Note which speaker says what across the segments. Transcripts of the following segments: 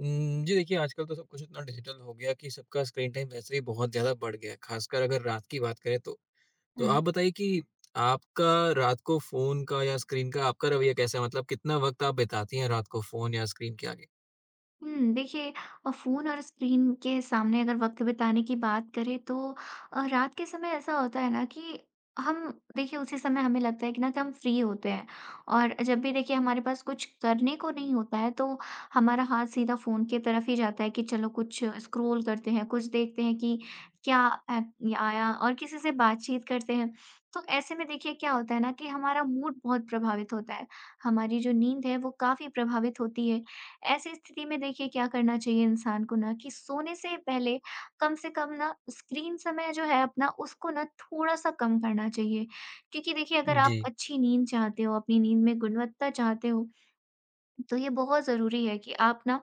Speaker 1: जी देखिए, आजकल तो सब कुछ इतना डिजिटल हो गया कि सबका स्क्रीन टाइम वैसे ही बहुत ज़्यादा बढ़ गया है, ख़ासकर अगर रात की बात करें तो। तो
Speaker 2: हुँ।
Speaker 1: आप बताइए कि आपका रात को फ़ोन का या स्क्रीन का आपका रवैया कैसा है? मतलब कितना वक़्त आप बिताती हैं रात को फ़ोन या स्क्रीन के आगे?
Speaker 2: हुँ, देखिए फ़ोन और स्क्रीन के सामने अगर वक़्त बिताने की बात करें तो रात के समय ऐसा होता है ना कि हम देखिए उसी समय हमें लगता है कि ना कि हम फ्री होते हैं। और जब भी देखिए हमारे पास कुछ करने को नहीं होता है तो हमारा हाथ सीधा फ़ोन की तरफ ही जाता है कि चलो कुछ स्क्रॉल करते हैं, कुछ देखते हैं कि क्या ऐप ये आया और किसी से बातचीत करते हैं। तो ऐसे में देखिए क्या होता है ना कि हमारा मूड बहुत प्रभावित होता है, हमारी जो नींद है वो काफ़ी प्रभावित होती है। ऐसी स्थिति में देखिए क्या करना चाहिए इंसान को, ना कि सोने से पहले कम से कम ना स्क्रीन समय जो है अपना उसको ना थोड़ा-सा कम करना चाहिए। क्योंकि देखिए अगर आप
Speaker 1: जी।
Speaker 2: अच्छी नींद चाहते हो, अपनी नींद में गुणवत्ता चाहते हो, तो ये बहुत ज़रूरी है कि आप ना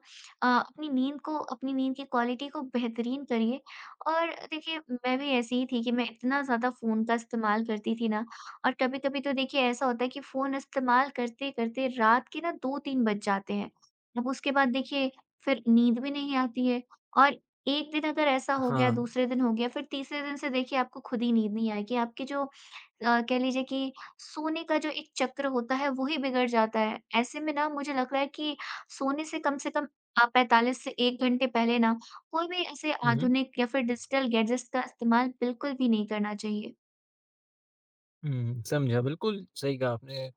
Speaker 2: अपनी नींद को, अपनी नींद की क्वालिटी को बेहतरीन करिए। और देखिए मैं भी ऐसी ही थी कि मैं इतना ज़्यादा फ़ोन का इस्तेमाल करती थी ना, और कभी-कभी तो देखिए ऐसा होता है कि फ़ोन इस्तेमाल करते-करते रात के ना 2-3 बज जाते हैं। अब उसके बाद देखिए फिर नींद भी नहीं आती है, और 1 दिन अगर ऐसा हो गया,
Speaker 1: हाँ।
Speaker 2: दूसरे दिन हो गया, फिर तीसरे दिन से देखिए आपको खुद ही नींद नहीं आएगी। आपकी जो कह लीजिए कि सोने का जो एक चक्र होता है, वो ही बिगड़ जाता है। ऐसे में ना मुझे लग रहा है कि सोने से कम आप 45 से 1 घंटे पहले ना कोई भी ऐसे
Speaker 1: हुँ, हुँ।
Speaker 2: आधुनिक या फिर डिजिटल गैजेट्स का इस्तेमाल बिल्कुल भी नहीं करना चाहिए।
Speaker 1: हुँ, समझा। बिल्कुल सही कहा आपने।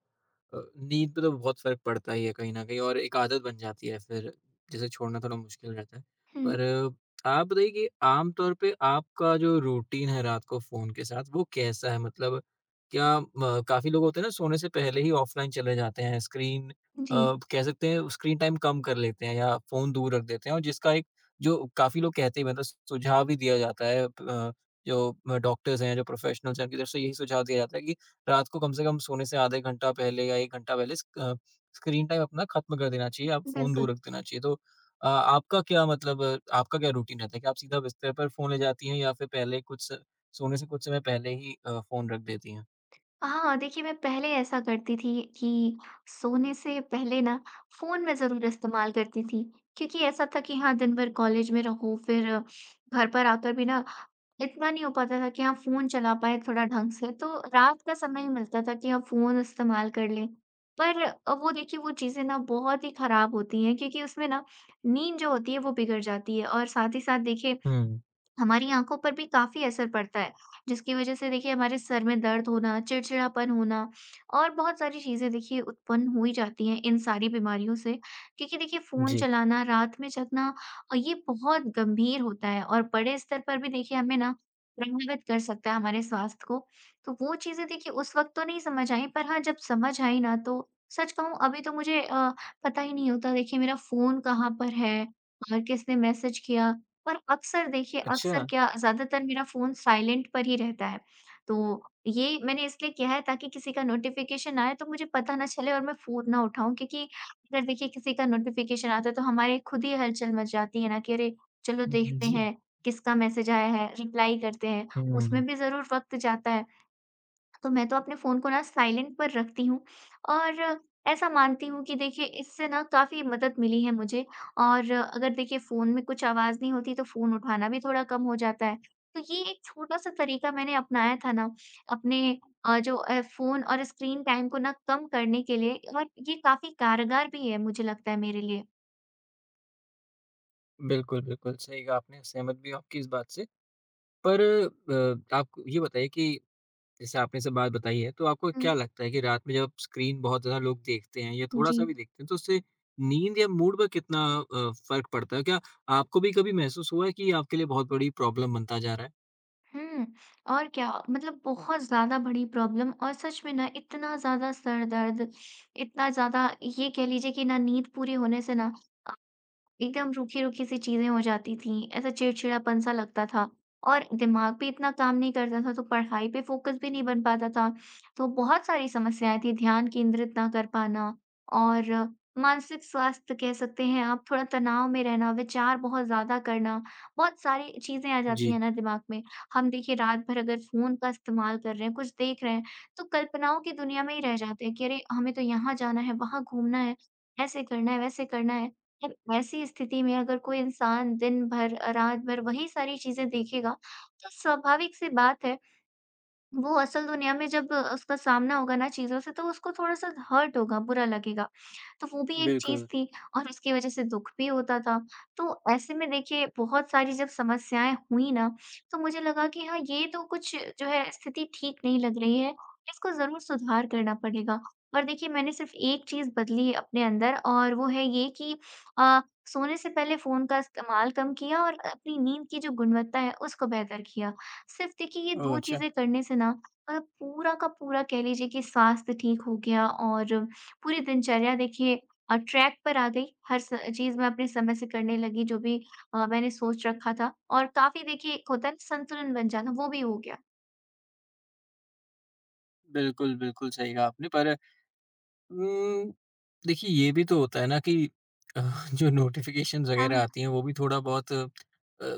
Speaker 1: नींद पे तो बहुत फ़र्क पड़ता ही है कहीं न कहीं और एक आदत बन जाती है फिर, जिसे छोड़ना थोड़ा मुश्किल रहता है।
Speaker 2: हुँ,
Speaker 1: पर आप बताइए कि आम तौर पे आपका जो रूटीन है रात को फ़ोन के साथ वो कैसा है? मतलब क्या म काफ़ी लोग होते हैं ना सोने से पहले ही ऑफ़लाइन चले जाते हैं,
Speaker 2: जी,
Speaker 1: कह सकते हैं स्क्रीन टाइम कम कर लेते हैं या फ़ोन दूर रख देते हैं और जिसका एक जो काफ़ी लोग कहते भी हैं, मतलब सुझाव भी दिया जाता है जो डॉक्टर्स हैं, जो प्रोफ़ेशनल्स हैं, उनकी तरफ से यही सुझाव दिया जाता है कि रात को कम से कम सोने से आधे घंटा पहले या 1 घंटा पहले स्क्रीन टाइम अपना खत्म कर देना चाहिए, आप फ़ोन
Speaker 2: बिल्कुल।
Speaker 1: दूर रख देना चाहिए। तो आपका क्या मतलब आपका क्या रूटीन रहता है? क्या आप सीधा बिस्तर पर फ़ोन ले जाती हैं या फिर पहले कुछ स सोने से कुछ समय पहले ही फ़ोन रख देती हैं?
Speaker 2: हाँ, देखिए मैं पहले ऐसा करती थी कि सोने से पहले ना फ़ोन मैं ज़रूर इस्तेमाल करती थी। क्योंकि ऐसा था कि हाँ, दिन भर कॉलेज में रहो, फिर घर पर आकर भी ना इतना नहीं हो पाता था कि हाँ, फ़ोन चला पाएँ थोड़ा ढंग से। तो रात का समय ही मिलता था कि हाँ, फ़ोन इस्तेमाल कर लें। पर वो देखिए वो चीज़ें ना बहुत ही ख़राब होती हैं, क्योंकि उसमें ना नींद जो होती है वो बिगड़ जाती है, और साथ ही साथ देखिए
Speaker 1: हुँ,
Speaker 2: हमारी आँखों पर भी काफ़ी असर पड़ता है, जिसकी वजह से देखिए हमारे सर में दर्द होना, चिड़चिड़ापन होना और बहुत सारी चीज़ें देखिए उत्पन्न हो ही जाती हैं इन सारी बीमारियों से। क्योंकि देखिए फ़ोन
Speaker 1: जी।
Speaker 2: चलाना, रात में जगना, ये बहुत गंभीर होता है और बड़े स्तर पर भी देखिए हमें ना प्रभावित कर सकता है हमारे स्वास्थ्य को। तो वो चीज़ें देखिए उस वक़्त तो नहीं समझ आई, पर हाँ, जब समझ आई ना, तो सच कहूँ अभी तो मुझे पता ही नहीं होता देखिए मेरा फ़ोन कहाँ पर है और किसने मैसेज किया। पर अक्सर देखिए
Speaker 1: अच्छा।
Speaker 2: अक्सर क्या, ज़्यादातर मेरा फ़ोन साइलेंट पर ही रहता है। तो ये मैंने इसलिए किया है ताकि किसी का नोटिफ़िकेशन आए तो मुझे पता ना चले और मैं फ़ोन ना उठाऊँ, क्योंकि अगर देखिए किसी का नोटिफ़िकेशन आता है तो हमारे खुद ही हलचल मच जाती है ना कि अरे! चलो
Speaker 1: हुँ,
Speaker 2: देखते
Speaker 1: जी।
Speaker 2: हैं, किसका मैसेज आया है, रिप्लाई करते हैं।
Speaker 1: हुँ,
Speaker 2: उसमें भी ज़रूर वक़्त जाता है। तो मैं तो अपने फ़ोन को ना साइलेंट पर रखती हूँ और ऐसा मानती हूँ कि देखिए इससे ना काफ़ी मदद मिली है मुझे, और अगर देखिए फ़ोन में कुछ आवाज़ नहीं होती तो फ़ोन उठाना भी थोड़ा कम हो जाता है। तो ये एक छोटा-सा तरीका मैंने अपनाया था ना अपने जो फ़ोन और स्क्रीन टाइम को ना कम करने के लिए, और ये काफ़ी कारगर भी है मुझे लगता है मेरे लिए।
Speaker 1: बिल्कुल, बिल्कुल, सही कहा आपने, सहमत भी हूँ आपकी इस बात से। पर आप ये बताइए कि जैसे आपने सब बात बताई है, तो आपको
Speaker 2: हुँ,
Speaker 1: क्या लगता है कि रात में जब स्क्रीन बहुत ज़्यादा लोग देखते हैं या
Speaker 2: जी।
Speaker 1: थोड़ा-सा भी देखते हैं, तो उससे नींद या मूड पर कितना फ़र्क पड़ता है? क्या आपको भी कभी महसूस हुआ है कि ये आपके लिए बहुत बड़ी प्रॉब्लम बनता जा रहा है?
Speaker 2: हुँ, और क्या मतलब बहुत ज़्यादा बड़ी प्रॉब्लम, और सच में ना इतना ज़्यादा सर दर्द, इतना ज़्यादा, ये कह लीजिए कि ना नींद पूरी होने से ना एकदम रूखी-रूखी सी चीज़ें हो जाती थीं, ऐसा चिड़चिड़ापन सा लगता था और दिमाग भी इतना काम नहीं करता था, तो पढ़ाई पे फ़ोकस भी नहीं बन पाता था। तो बहुत सारी समस्याएँ थीं, ध्यान केंद्रित ना कर पाना, और मानसिक स्वास्थ्य कह सकते हैं आप, थोड़ा तनाव में रहना, विचार बहुत ज़्यादा करना, बहुत सारी चीज़ें आ जाती
Speaker 1: जी।
Speaker 2: हैं ना दिमाग में। हम देखिए रात भर अगर फ़ोन का इस्तेमाल कर रहे हैं, कुछ देख रहे हैं, तो कल्पनाओं की दुनिया में ही रह जाते हैं कि अरे! हमें तो यहाँ जाना है, वहाँ घूमना है, ऐसे करना है, वैसे करना है। फिर ऐसी स्थिति में अगर कोई इंसान दिन भर, रात भर वही सारी चीज़ें देखेगा, तो स्वाभाविक सी बात है वो असल दुनिया में जब उसका सामना होगा ना चीज़ों से, तो उसको थोड़ा-सा हर्ट होगा, बुरा लगेगा। तो वो भी एक चीज़
Speaker 1: बिल्कुल।
Speaker 2: थी और उसकी वज़ह से दुःख भी होता था। तो ऐसे में देखिए बहुत सारी जब समस्याएँ हुई ना, तो मुझे लगा कि हाँ, ये तो कुछ जो है, स्थिति ठीक नहीं लग रही है, इसको ज़रूर सुधार करना पड़ेगा। और देखिए मैंने सिर्फ़ एक चीज़ बदली अपने अंदर, और वो है ये कि अ, सोने से पहले फ़ोन का इस्तेमाल कम किया और अपनी नींद की जो गुणवत्ता है उसको बेहतर किया। सिर्फ़ देखिए ये
Speaker 1: ओह!
Speaker 2: 2
Speaker 1: अच्छा।
Speaker 2: चीज़ें करने से ना पूरा का पूरा कह लीजिए कि स्वास्थ्य ठीक हो गया, और पूरी दिनचर्या देखिए ट्रैक पर आ गई। हर स चीज़ मैं अपने समय से करने लगी जो भी मैंने सोच रखा था, और काफ़ी देखिए एक होता है ना संतुलन बन जाना, वो भी हो गया।
Speaker 1: बिल्कुल, बिल्कुल सही कहा आपने पर उम, देखिए ये भी तो होता है ना कि अ, जो नोटिफ़िकेशंस वगैरह
Speaker 2: हाँ,
Speaker 1: आती हैं वो भी थोड़ा बहुत,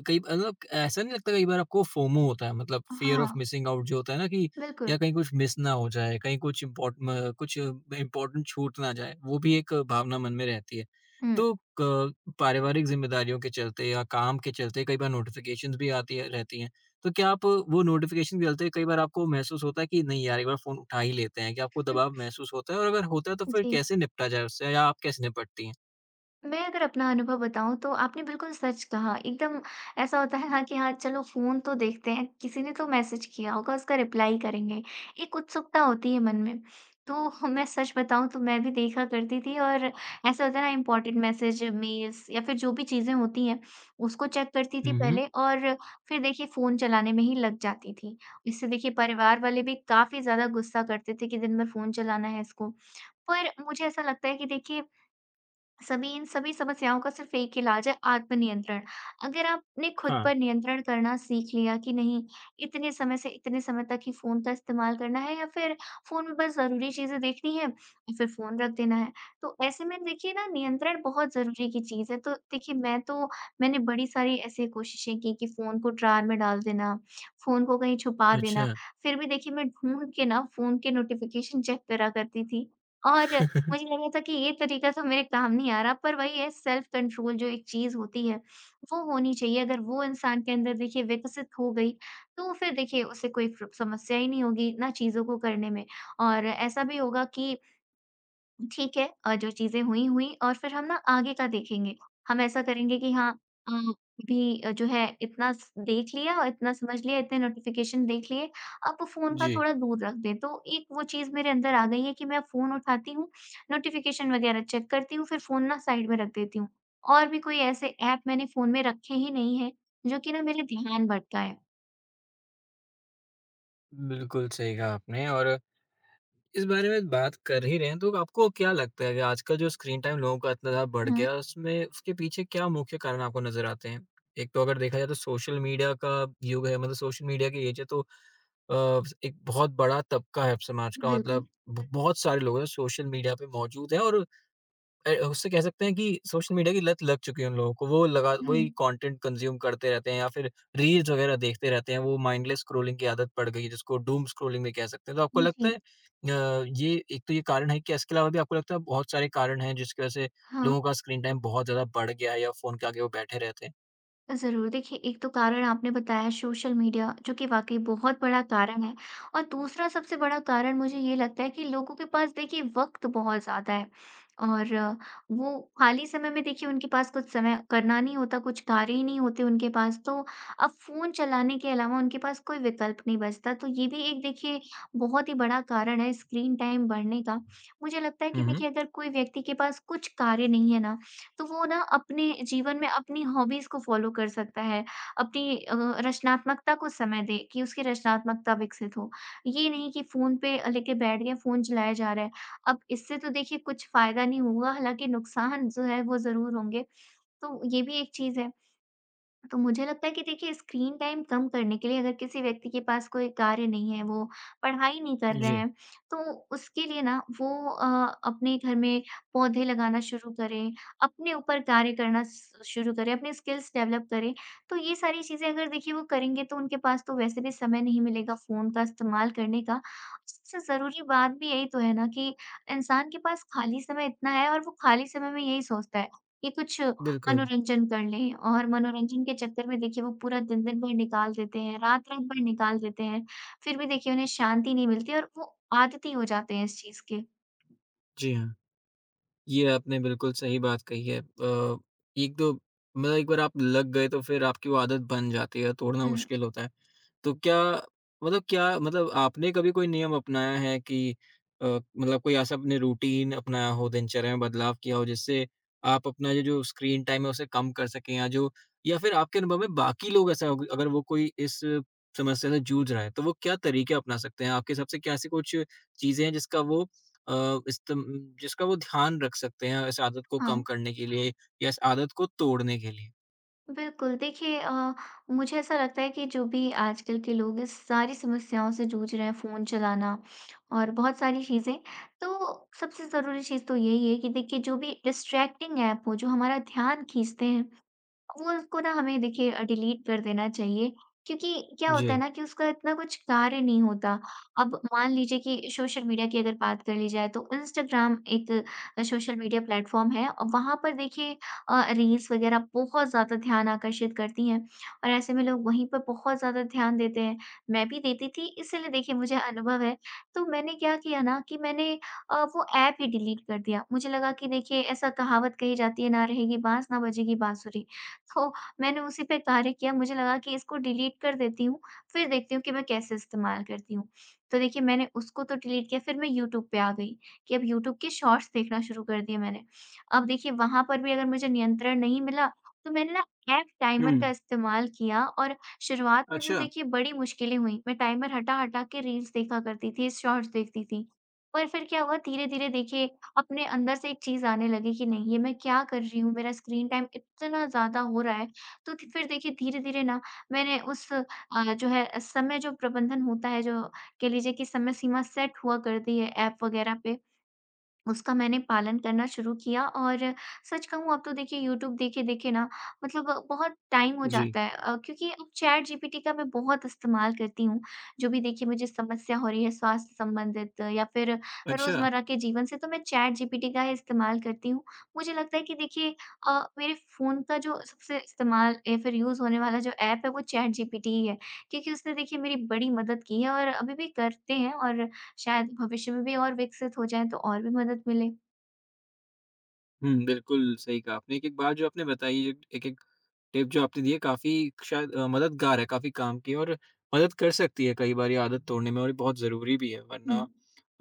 Speaker 1: कई मतलब ऐसा नहीं लगता कई बार आपको फोमो होता है मतलब फ़ियर
Speaker 2: हाँ,
Speaker 1: ऑफ मिसिंग आउट जो होता है ना कि
Speaker 2: बिल्कुल।
Speaker 1: या कहीं कुछ मिस ना हो जाए, कहीं कुछ इम्पोर्ट म कुछ इम्पोर्टेंट छूट ना जाए, वो भी एक भावना मन में रहती है।
Speaker 2: हुँ।
Speaker 1: तो क पारिवारिक ज़िम्मेदारियों के चलते या काम के चलते कई बार नोटिफ़िकेशंस भी आती है रहती हैं। तो क्या आप वो नोटिफ़िकेशन भी डालते हैं, कई बार आपको महसूस होता है कि नहीं यार एक बार फ़ोन उठा ही लेते हैं, क्या आपको
Speaker 2: हुँ,
Speaker 1: दबाव महसूस होता है? और अगर होता है तो फिर
Speaker 2: जी।
Speaker 1: कैसे निपटा जाए उससे या आप कैसे निपटती हैं?
Speaker 2: मैं अगर अपना अनुभव बताऊँ तो आपने बिल्कुल सच कहा। एकदम ऐसा होता है, हाँ कि हाँ चलो फ़ोन तो देखते हैं, किसी ने तो मैसेज किया होगा उसका रिप्लाई करेंगे। एक उत्सुकता होती है मन में। तो मैं सच बताऊँ तो मैं भी देखा करती थी, और ऐसा होता है ना इम्पोर्टेंट मैसेज, मेल्स या फिर जो भी चीज़ें होती हैं उसको चेक करती थी
Speaker 1: हुँ, हुँ।
Speaker 2: पहले, और फिर देखिए फ़ोन चलाने में ही लग जाती थी। इससे देखिए परिवार वाले भी काफ़ी ज़्यादा गुस्सा करते थे कि दिन भर फ़ोन चलाना है इसको। पर मुझे ऐसा लगता है कि देखिए सभी, इन सभी समस्याओं का सिर्फ़ एक इलाज है, आत्मनियंत्रण। अगर आपने खुद
Speaker 1: हाँ।
Speaker 2: पर नियंत्रण करना सीख लिया कि नहीं, इतने समय से इतने समय तक ही फ़ोन का इस्तेमाल करना है, या फिर फ़ोन में बस ज़रूरी चीज़ें देखनी है और फिर फ़ोन रख देना है। तो ऐसे में देखिए ना नियंत्रण बहुत ज़रूरी की चीज़ है। तो देखिए मैं तो, मैंने बड़ी सारी ऐसी कोशिशें की कि फ़ोन को ड्रॉवर में डाल देना, फ़ोन को कहीं छुपा देना।
Speaker 1: अच्छा।
Speaker 2: फिर भी देखिए मैं ढूँढ के ना फ़ोन के नोटिफ़िकेशन चेक करा करती थी, और मुझे लगा था कि ये तरीका तो मेरे काम नहीं आ रहा, पर वही है सेल्फ कंट्रोल जो एक चीज़ होती है, वो होनी चाहिए। अगर वो इंसान के अंदर देखिए विकसित हो गई, तो फिर देखिए उसे कोई प्र समस्या ही नहीं होगी, ना चीज़ों को करने में, और ऐसा भी होगा कि ठीक है, जो चीज़ें हुई, हुई, और फिर हम ना आगे का देखेंगे। हम ऐसा करेंगे कि हाँ अ, अभी, जो है इतना स देख लिया और इतना समझ लिया, इतने नोटिफ़िकेशन देख लिए, अब फ़ोन का
Speaker 1: जी,
Speaker 2: थोड़ा दूर रख दें। तो एक वो चीज़ मेरे अंदर आ गई है कि मैं फ़ोन उठाती हूँ, नोटिफ़िकेशन वगैरह चेक करती हूँ, फिर फ़ोन ना साइड में रख देती हूँ। और भी कोई ऐसे ऐप मैंने फ़ोन में रखे ही नहीं हैं, जो कि ना मेरे ध्यान भटकाए।
Speaker 1: बिल्कुल सही कहा आपने और इस बारे में बात कर ही रहे हैं, तो आपको क्या लगता है कि आजकल जो स्क्रीन टाइम लोगों का इतना ज़्यादा बढ़
Speaker 2: हुँ,
Speaker 1: गया है, उसमें उसके पीछे क्या मुख्य कारण आपको नज़र आते हैं? एक तो अगर देखा जाए तो सोशल मीडिया का युग है, मतलब सोशल मीडिया की एज है तो एक बहुत बड़ा तबका है समाज का
Speaker 2: बिल्कुल।
Speaker 1: मतलब बहुत सारे लोग हैं सोशल मीडिया पे मौजूद हैं और उससे कह सकते हैं कि सोशल मीडिया की लत लग चुकी है उन लोगों को वो लगा
Speaker 2: हुँ,
Speaker 1: वही कंटेंट कंज्यूम करते रहते हैं या फिर रील्स वगैरह देखते रहते हैं वो माइंडलेस स्क्रोलिंग की आदत पड़ गई है जिसको डूम स्क्रोलिंग भी कह सकते हैं तो आपको लगता है
Speaker 2: जी,
Speaker 1: ये एक तो ये कारण है कि इसके अलावा भी आपको लगता है बहुत सारे कारण हैं जिसकी वजह से
Speaker 2: हाँ।
Speaker 1: लोगों का स्क्रीन टाइम बहुत ज्यादा बढ़ गया है या फोन के आगे वो बैठे रहते हैं।
Speaker 2: ज़रूर। देखिए, एक तो कारण आपने बताया सोशल मीडिया, जो कि वाक़ई बहुत बड़ा कारण है। और दूसरा सबसे बड़ा कारण मुझे ये लगता है कि लोगों के पास देखिए वक़्त बहुत ज़्यादा है, और वो खाली समय में देखिए उनके पास कुछ समय करना नहीं होता, कुछ कार्य ही नहीं होते उनके पास, तो अब फ़ोन चलाने के अलावा उनके पास कोई विकल्प नहीं बचता। तो ये भी एक देखिए बहुत ही बड़ा कारण है स्क्रीन टाइम बढ़ने का। मुझे लगता है कि
Speaker 1: हम्म।
Speaker 2: देखिए अगर कोई व्यक्ति के पास कुछ कार्य नहीं है ना, तो वो ना अपने जीवन में अपनी हॉबीज़ को फ़ॉलो कर सकता है, अपनी रचनात्मकता को समय दे कि उसकी रचनात्मकता विकसित हो। ये नहीं कि फ़ोन पे लेके बैठ गए, फ़ोन चलाया जा रहा है। अब इससे तो देखिए कुछ फ़ायदा नहीं होगा, हालाँकि नुकसान जो है वो ज़रूर होंगे, तो ये भी एक चीज़ है। तो मुझे लगता है कि देखिए स्क्रीन टाइम कम करने के लिए, अगर किसी व्यक्ति के पास कोई कार्य नहीं है, वो पढ़ाई नहीं कर रहे
Speaker 1: जी।
Speaker 2: हैं, तो उसके लिए ना वो अ, अपने घर में पौधे लगाना शुरू करें, अपने ऊपर कार्य करना स शुरू करें, अपने स्किल्स डेवलप करें। तो ये सारी चीज़ें अगर देखिए वो करेंगे तो उनके पास तो वैसे भी समय नहीं मिलेगा फ़ोन का इस्तेमाल करने का। सबसे ज़रूरी बात भी यही तो है ना कि इंसान के पास खाली समय इतना है, और वो खाली समय में यही सोचता है कि कुछ
Speaker 1: बिल्कुल।
Speaker 2: मनोरंजन कर लें, और मनोरंजन के चक्कर में देखिए वो पूरा दिन-दिन भर निकाल देते हैं, रात-रात भर निकाल देते हैं। फिर भी देखिए उन्हें शांति नहीं मिलती और वो आदती हो जाते हैं इस चीज़ के।
Speaker 1: जी हाँ ये आपने बिल्कुल सही बात कही है। एक तो मतलब एक बार आप लग गए तो फिर आपकी वो आदत बन जाती है, तोड़ना
Speaker 2: हुँ,
Speaker 1: मुश्किल होता है। तो क्या मतलब आपने कभी कोई नियम अपनाया है कि मतलब कोई ऐसा अपने रूटीन अपनाया हो, दिनचर्या में बदलाव किया हो, जिससे आप अपना ये जो स्क्रीन टाइम है, उसे कम कर सकें या जो या फिर आपके अनुभव में बाकी लोग ऐसा होग अगर वो कोई इस समस्या से जूझ रहा है, तो वो क्या तरीके अपना सकते हैं? आपके हिसाब से क्या ऐसी कुछ चीज़ें हैं, जिसका वो अ, इस्तम जिसका वो ध्यान रख सकते हैं, इस आदत को
Speaker 2: हाँ,
Speaker 1: कम करने के लिए या इस आदत को तोड़ने के लिए?
Speaker 2: बिल्कुल। देखिए मुझे ऐसा लगता है कि जो भी आजकल के लोग इस सारी समस्याओं से जूझ रहे हैं, फ़ोन चलाना और बहुत सारी चीज़ें, तो सबसे ज़रूरी चीज़ तो यही है कि देखिए जो भी डिस्ट्रैक्टिंग ऐप हो, जो हमारा ध्यान खींचते हैं वो उसको ना हमें देखिए डिलीट कर देना चाहिए, क्योंकि क्या होता है
Speaker 1: जी।
Speaker 2: ना कि उसका इतना कुछ कार्य नहीं होता। अब मान लीजिए कि सोशल मीडिया की अगर बात कर ली जाए, तो इंस्टाग्राम एक सोशल मीडिया प्लेटफ़ॉर्म है, और वहाँ पर देखिए रील्स वग़ैरह बहुत ज़्यादा ध्यान आकर्षित करती हैं, और ऐसे में लोग वहीं पर बहुत ज़्यादा ध्यान देते हैं। मैं भी देती थी, इसीलिए देखिए मुझे अनुभव है। तो मैंने क्या किया ना कि मैंने वो ऐप ही डिलीट कर दिया। मुझे लगा कि देखिए ऐसा कहावत कही जाती है ना, रहेगी बाँस ना बजेगी बाँसुरी। तो मैंने उसी पे कार्य किया, मुझे लगा कि इसको डिलीट कर देती हूँ, फिर देखती हूँ कि मैं कैसे इस्तेमाल करती हूँ। तो देखिए मैंने उसको तो डिलीट किया, फिर मैं यूट्यूब पे आ गई कि अब यूट्यूब के शॉर्ट्स देखना शुरू कर दिए मैंने। अब देखिए वहाँ पर भी अगर मुझे नियंत्रण नहीं मिला, तो मैंने ना ऐप
Speaker 1: हुँ।
Speaker 2: टाइमर का इस्तेमाल किया, और शुरुआत में तो
Speaker 1: अच्छा।
Speaker 2: देखिए बड़ी मुश्किलें हुईं। मैं टाइमर हटा-हटा के रील्स देखा करती थी, शॉर्ट्स देखती थी। पर फिर क्या हुआ, धीरे-धीरे देखिए अपने अंदर से एक चीज़ आने लगी कि नहीं, ये मैं क्या कर रही हूँ, मेरा स्क्रीन टाइम इतना ज़्यादा हो रहा है। तो थ फिर देखिए धीरे-धीरे ना मैंने उस जो है समय जो प्रबंधन होता है, जो कह लीजिए कि समय सीमा सेट हुआ कर दी है ऐप वगैरह पे, उसका मैंने पालन करना शुरू किया, और सच कहूँ अब तो देखिए यूट्यूब देखे-देखे ना, मतलब बहुत टाइम हो
Speaker 1: जी।
Speaker 2: जाता है, क्योंकि अब चैट जीपीटी का मैं बहुत इस्तेमाल करती हूँ। जो भी देखिए मुझे समस्या हो रही है स्वास्थ्य संबंधित या फिर
Speaker 1: अच्छा।
Speaker 2: रोज़मर्रा के जीवन से, तो मैं चैट जीपीटी का ही इस्तेमाल करती हूँ। मुझे लगता है कि देखिए मेरे फ़ोन का जो सबसे इस्तेमाल या फिर यूज़ होने वाला जो ऐप है वो चैट जीपीटी ही है। क्योंकि उसने देखिए मेरी बड़ी मदद की है, और अभी भी करते हैं, और शायद भविष्य में भी और विकसित हो जाएँ तो और भी मदद मिले।
Speaker 1: हुँ, बिल्कुल सही कहा आपने। एक-एक बात जो आपने बताई, एक-एक टिप जो आपने दी है काफ़ी शायद मददगार है, काफ़ी काम की है और मदद कर सकती है कई बार ये आदत तोड़ने में और ये बहुत ज़रूरी भी है
Speaker 2: हुँ,
Speaker 1: वरना,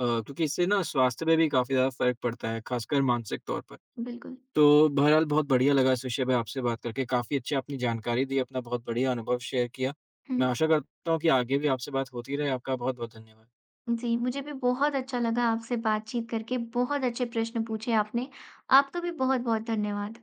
Speaker 1: क्योंकि इससे ना स्वास्थ्य पे भी काफ़ी ज़्यादा फ़र्क पड़ता है, ख़ासकर मानसिक तौर पर।
Speaker 2: बिल्कुल।
Speaker 1: तो बहरहाल बहुत बढ़िया लगा इस विषय पे आपसे बात करके, काफ़ी अच्छी आपने जानकारी दी, अपना बहुत बढ़िया अनुभव शेयर किया।
Speaker 2: हुँ,
Speaker 1: मैं आशा करता हूँ कि आगे भी आपसे बात होती रहे। आपका बहुत-बहुत धन्यवाद।
Speaker 2: जी, मुझे भी बहुत अच्छा लगा आपसे बातचीत करके, बहुत अच्छे प्रश्न पूछे आपने। आपका भी बहुत-बहुत धन्यवाद।